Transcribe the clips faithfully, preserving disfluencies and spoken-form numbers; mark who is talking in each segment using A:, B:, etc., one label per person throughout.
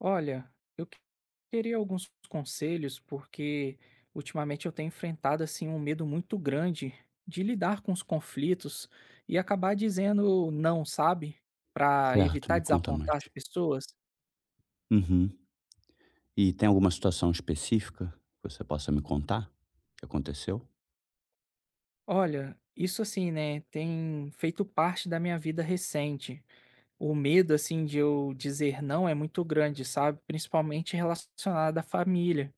A: Olha, eu que- queria alguns conselhos porque ultimamente eu tenho enfrentado assim um medo muito grande de lidar com os conflitos e acabar dizendo não, sabe? Para
B: Certo,
A: evitar
B: me conta mais.
A: desapontar as pessoas.
B: Uhum. E tem alguma situação específica que você possa me contar que aconteceu?
A: Olha, isso assim, né, tem feito parte da minha vida recente. O medo assim de eu dizer não é muito grande, sabe? Principalmente relacionado à família.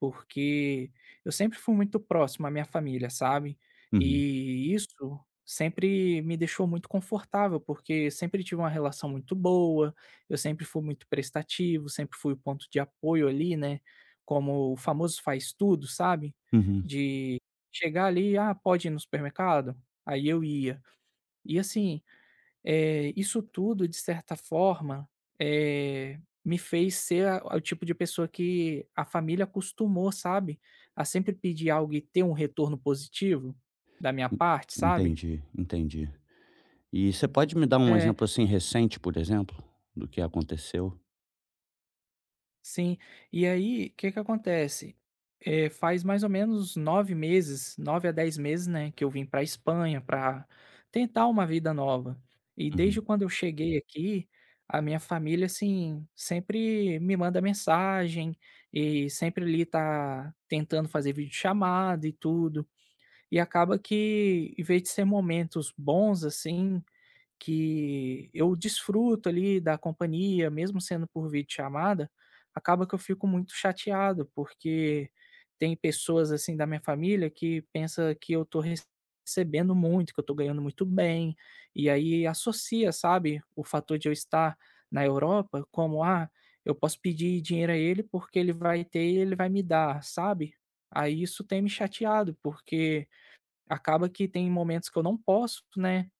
A: Porque eu sempre fui muito próximo à minha família, sabe.
B: Uhum,
A: E isso sempre me deixou muito confortável, porque sempre tive uma relação muito boa, eu sempre fui muito prestativo, sempre fui o ponto de apoio ali, né, como o famoso faz tudo, sabe.
B: uhum.
A: De chegar ali: "Ah, pode ir no supermercado?" Aí eu ia. E assim eh, isso tudo, de certa forma, eh, me fez ser a o tipo de pessoa que a família acostumou, sabe, a sempre pedir algo e ter um retorno positivo da minha
B: En
A: parte, sabe.
B: entendi, entendi. E você pode me dar um
A: É.
B: exemplo, assim, recente, por exemplo, do que aconteceu?
A: Sim. E aí, o que que acontece? Eh, faz mais ou menos nove meses, nove a dez meses, né, que eu vim pra Espanha para tentar uma vida nova. E
B: Uhum,
A: desde quando eu cheguei aqui, a minha família, assim, sempre me manda mensagem e sempre ali tá tentando fazer videochamada e tudo. E acaba que, em vez de ser momentos bons, assim, que eu desfruto ali da companhia, mesmo sendo por videochamada, acaba que eu fico muito chateado, porque tem pessoas assim da minha família que pensa que eu tô recebendo muito, que eu tô ganhando muito bem, e aí associa, sabe, o fator de eu estar na Europa como, ah, eu posso pedir dinheiro a ele porque ele vai ter e ele vai me dar, sabe? Aí isso tem me chateado, porque acaba que tem momentos que eu não posso, né?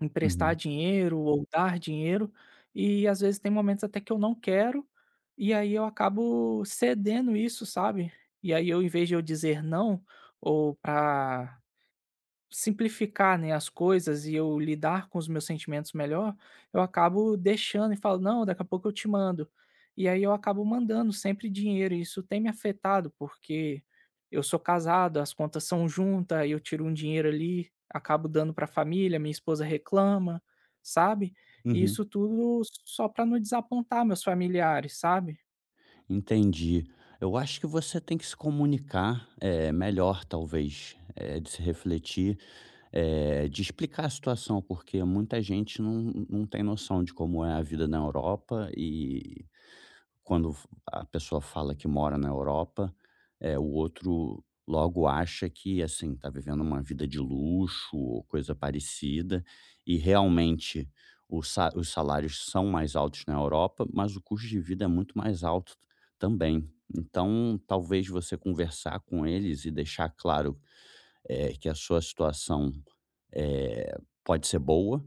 A: Emprestar
B: uhum,
A: dinheiro ou dar dinheiro, e às vezes tem momentos até que eu não quero, e aí eu acabo cedendo isso, sabe. E aí eu, em vez de eu dizer não, ou pra Simplificar, né, as coisas e eu lidar com os meus sentimentos melhor, eu acabo deixando e falo: "Não, daqui a pouco eu te mando". E aí eu acabo mandando sempre dinheiro e isso tem me afetado, porque eu sou casado, as contas são juntas, aí eu tiro um dinheiro ali, acabo dando para a família, minha esposa reclama, sabe. E
B: uhum.
A: isso tudo só para não desapontar meus familiares, sabe.
B: Entendi. Eu acho que você tem que se comunicar, eh, melhor talvez, eh, de se refletir, eh, de explicar a situação, porque muita gente não não tem noção de como é a vida na Europa e quando a pessoa fala que mora na Europa, eh, o outro logo acha que, assim, tá vivendo uma vida de luxo ou coisa parecida, e realmente o sa os salários são mais altos na Europa, mas o custo de vida é muito mais alto também. Então, talvez você conversar com eles e deixar claro, eh, que a sua situação, eh, pode ser boa,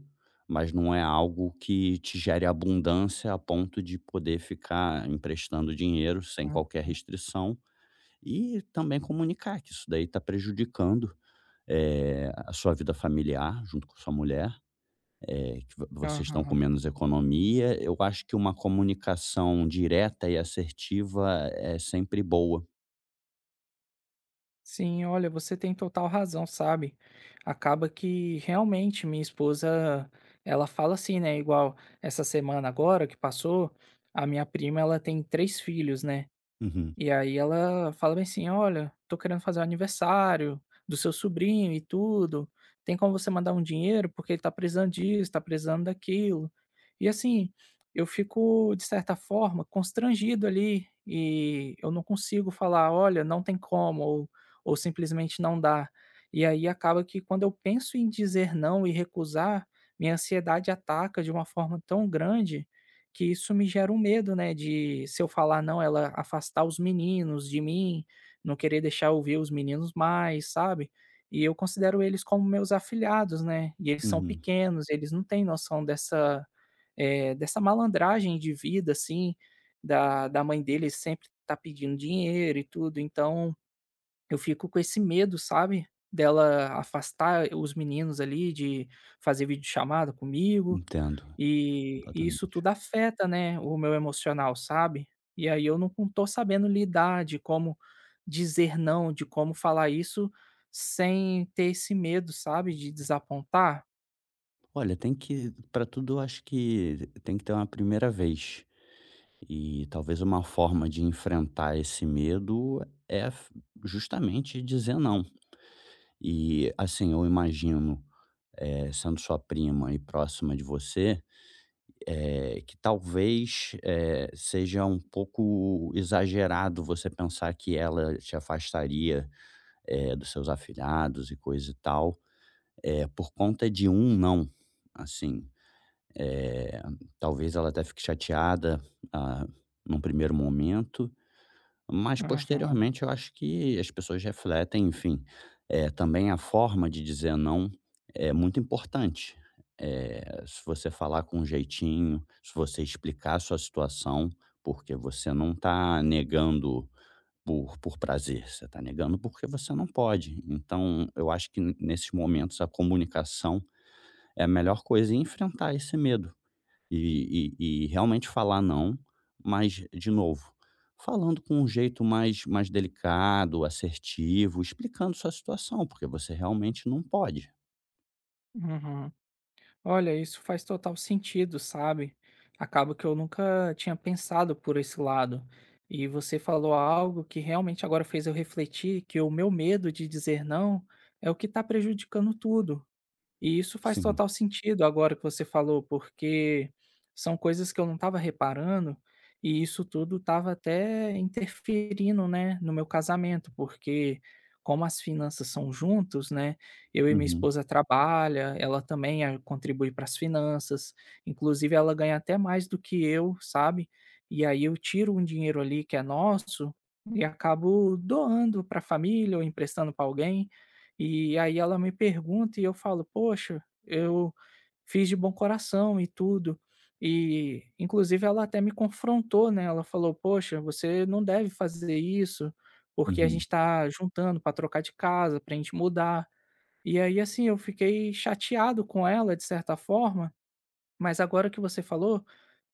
B: mas não é algo que te gere abundância a ponto de poder ficar emprestando dinheiro sem
A: Uhum,
B: qualquer restrição. E também comunicar que isso daí está prejudicando, eh, a sua vida familiar junto com sua mulher, eh, que vo vocês estão com
A: aham.
B: menos economia. Eu acho que uma comunicação direta e assertiva é sempre boa.
A: Sim, olha, você tem total razão, sabe? Acaba que realmente minha esposa, ela fala assim, né? Igual essa semana agora que passou, a minha prima, ela tem três filhos, né?
B: Uhum,
A: E aí ela fala bem assim: "Olha, tô querendo fazer o aniversário do seu sobrinho e tudo, tem como você mandar um dinheiro? Porque ele tá precisando disso, tá precisando daquilo". E assim, eu fico, de certa forma, constrangido ali, e eu não consigo falar: "Olha, não tem como", ou ou simplesmente não dá. E aí acaba que quando eu penso em dizer não e recusar, minha ansiedade ataca de uma forma tão grande que isso me gera um medo, né, de se eu falar não, ela afastar os meninos de mim, não querer deixar eu ver os meninos mais, sabe. E eu considero eles como meus afilhados, né, e eles são
B: uhum.
A: pequenos, eles não têm noção dessa, eh, dessa malandragem de vida, assim, da da mãe deles sempre tá pedindo dinheiro e tudo, então eu fico com esse medo, sabe, dela afastar os meninos ali, de fazer videochamada comigo,
B: Entendo,
A: e e isso
B: completamente.
A: tudo afeta, né, o meu emocional, sabe. E aí eu não não tô sabendo lidar de como dizer não, de como falar isso sem ter esse medo, sabe, de desapontar.
B: Olha, tem que, para tudo eu acho que tem que ter uma primeira vez. E talvez uma forma de enfrentar esse medo é f justamente dizer não. E, assim, eu imagino, eh, sendo sua prima e próxima de você, eh, que talvez, eh, seja um pouco exagerado você pensar que ela te afastaria, eh, dos seus afilhados e coisa e tal. É por conta de um não, assim, eh, talvez ela até fique chateada, ah, num primeiro momento, mas
A: Aham,
B: posteriormente eu acho que as pessoas refletem, enfim. Eh, também a forma de dizer não é muito importante. Eh, se você falar com um jeitinho, se você explicar a sua situação, porque você não está negando por por prazer, você está negando porque você não pode. Então eu acho que n- nesses momentos a comunicação é a melhor coisa, é enfrentar esse medo e e e realmente falar não, mas de novo, falando com um jeito mais mais delicado, assertivo, explicando sua situação, porque você realmente não pode.
A: uhum. Olha, isso faz total sentido, sabe? Acaba que eu nunca tinha pensado por esse lado. E você falou algo que realmente agora fez eu refletir que o meu medo de dizer não é o que está prejudicando tudo. E isso faz
B: Sim.
A: total sentido agora que você falou, porque são coisas que eu não estava reparando, e isso tudo estava até interferindo, né, no meu casamento, porque como as finanças são juntos, né, eu e minha
B: Uhum.
A: esposa trabalha, ela também eh, contribui para as finanças, inclusive ela ganha até mais do que eu, sabe? E aí eu tiro um dinheiro ali que é nosso e acabo doando para a família ou emprestando para alguém. E aí ela me pergunta e eu falo: "Poxa, eu fiz de bom coração e tudo". E inclusive ela até me confrontou, né, ela falou: "Poxa, você não deve fazer isso, porque a gente
B: Uhum.
A: está juntando para trocar de casa, para a gente mudar". E aí, assim, eu fiquei chateado com ela de certa forma, mas agora que você falou,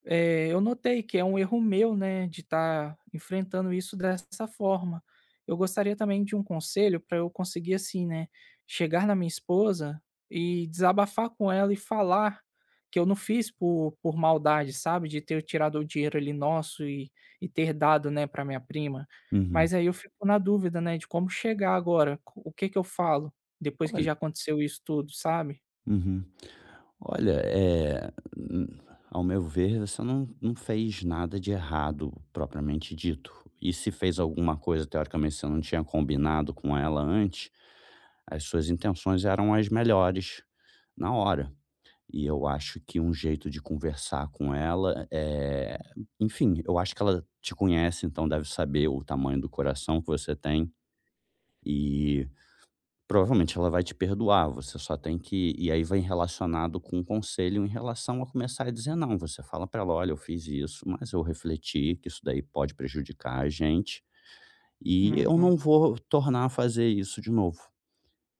A: eh, eu notei que é um erro meu, né, de estar enfrentando isso dessa forma. Eu gostaria também de um conselho para eu conseguir, assim, né, chegar na minha esposa e desabafar com ela e falar que eu não fiz por, por maldade, sabe? De ter tirado o dinheiro ali nosso e, e ter dado, né, para minha prima.
B: Uhum.
A: Mas aí eu fico na dúvida, né, de como chegar agora. co- O que que eu falo depois que
B: Olha
A: já aconteceu isso tudo, sabe?
B: Uhum. Olha, eh, hum, ao meu ver, você não não fez nada de errado, propriamente dito. E se fez alguma coisa, teoricamente, você não tinha combinado com ela antes, as suas intenções eram as melhores na hora. E eu acho que um jeito de conversar com ela é, enfim, eu acho que ela te conhece, então deve saber o tamanho do coração que você tem. Provavelmente ela vai te perdoar, você só tem que, e aí vem relacionado com um conselho em relação a começar a dizer não, você fala pra ela: "Olha, eu fiz isso, mas eu refleti que isso daí pode prejudicar a gente, e eu
A: Uhum,
B: não vou tornar a fazer isso de novo.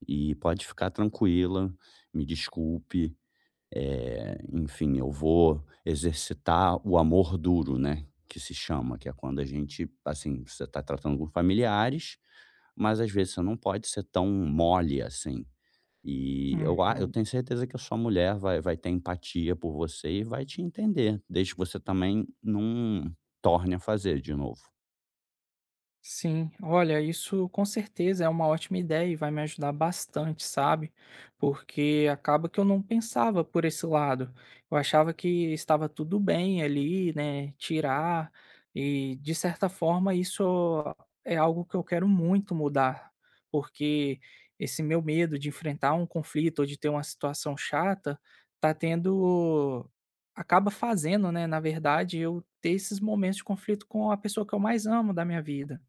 B: E pode ficar tranquila, me desculpe, eh, enfim, eu vou exercitar o amor duro, né, que se chama, que é quando a gente, assim, você está tratando com familiares, mas às vezes você não pode ser tão mole assim. E eu a
A: uhum.
B: eu tenho certeza que a sua mulher vai vai ter empatia por você e vai te entender, desde que você também não torne a fazer de novo.
A: Sim, olha, isso com certeza é uma ótima ideia e vai me ajudar bastante, sabe? Porque acaba que eu não pensava por esse lado. Eu achava que estava tudo bem ali, né? Tirar, e de certa forma isso é algo que eu quero muito mudar, porque esse meu medo de enfrentar um conflito ou de ter uma situação chata tá tendo. Acaba fazendo, né? Na verdade, eu ter esses momentos de conflito com a pessoa que eu mais amo da minha vida.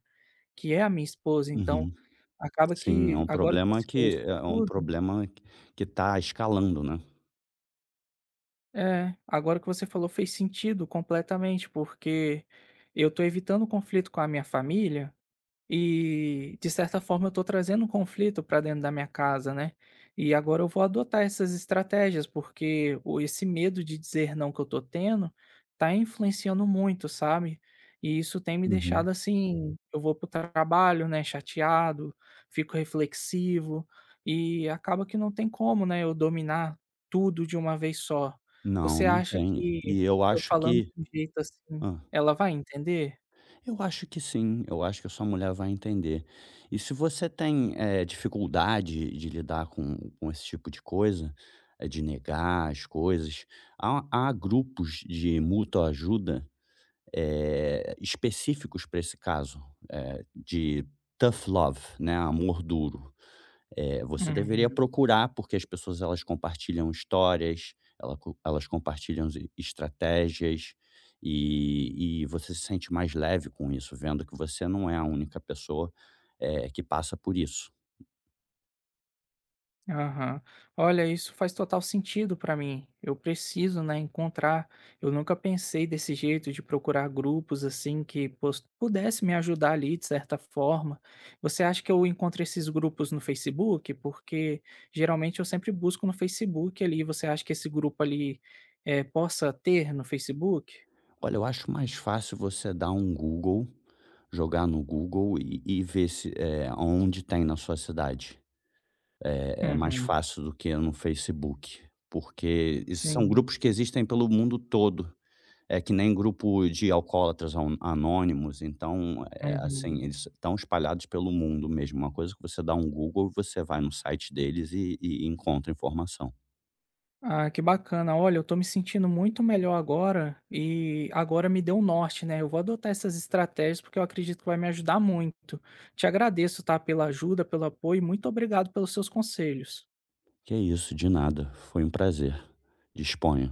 A: Que é a minha esposa, então,
B: Uhum.
A: acaba
B: Sim, é
A: que
B: um
A: agora que
B: problema,
A: você falou
B: que
A: isso
B: é um
A: tudo
B: problema que está escalando, né.
A: é, agora que você falou fez sentido completamente, porque eu tô evitando conflito com a minha família. E, de certa forma, eu estou trazendo um conflito para dentro da minha casa, né. E agora eu vou adotar essas estratégias, porque o esse medo de dizer não que eu estou tendo está influenciando muito, sabe. E isso tem me
B: Uhum.
A: deixado assim, eu vou para o trabalho, né, chateado, fico reflexivo, e acaba que não tem como, né, eu dominar tudo de uma vez só.
B: Não,
A: Você
B: não
A: acha
B: tem.
A: que
B: E eu
A: eu
B: acho
A: falando
B: que,
A: de um jeito assim,
B: hã?
A: ela vai entender?
B: Eu acho que sim, eu acho que a sua mulher vai entender. E se você tem, eh, dificuldade de lidar com com esse tipo de coisa, eh, de negar as coisas, há há grupos de mútua ajuda, eh, específicos para esse caso, eh, de tough love, né, amor duro. Eh, você deveria
A: Uhum.
B: procurar, porque as pessoas, elas compartilham histórias, ela co elas compartilham es estratégias, e e você se sente mais leve com isso, vendo que você não é a única pessoa, eh, que passa por isso.
A: Aham. Olha, isso faz total sentido para mim. Eu preciso, né, encontrar. Eu nunca pensei desse jeito de procurar grupos assim que pos- pudesse me ajudar ali de certa forma. Você acha que eu encontro esses grupos no Facebook? Porque geralmente eu sempre busco no Facebook ali. Você acha que esse grupo ali eh, possa ter no Facebook?
B: Olha, eu acho mais fácil você dar um Google, jogar no Google e e ver se, eh, aonde tem na sua cidade. É mais
A: Uhum.
B: fácil do que no Facebook, porque esses são
A: Sim.
B: grupos que existem pelo mundo todo. É que nem grupo de alcoólatras an anônimos, então, eh,
A: Uhum.
B: assim, eles estão espalhados pelo mundo mesmo, uma coisa é que você dá um Google, você vai no site deles e e encontra informação.
A: Ah, que bacana. Olha, eu tô me sentindo muito melhor agora e agora me deu um norte, né? Eu vou adotar essas estratégias porque eu acredito que vai me ajudar muito. Te agradeço, tá, pela ajuda, pelo apoio e muito obrigado pelos seus conselhos.
B: Que é isso, de nada, foi um prazer. Disponha.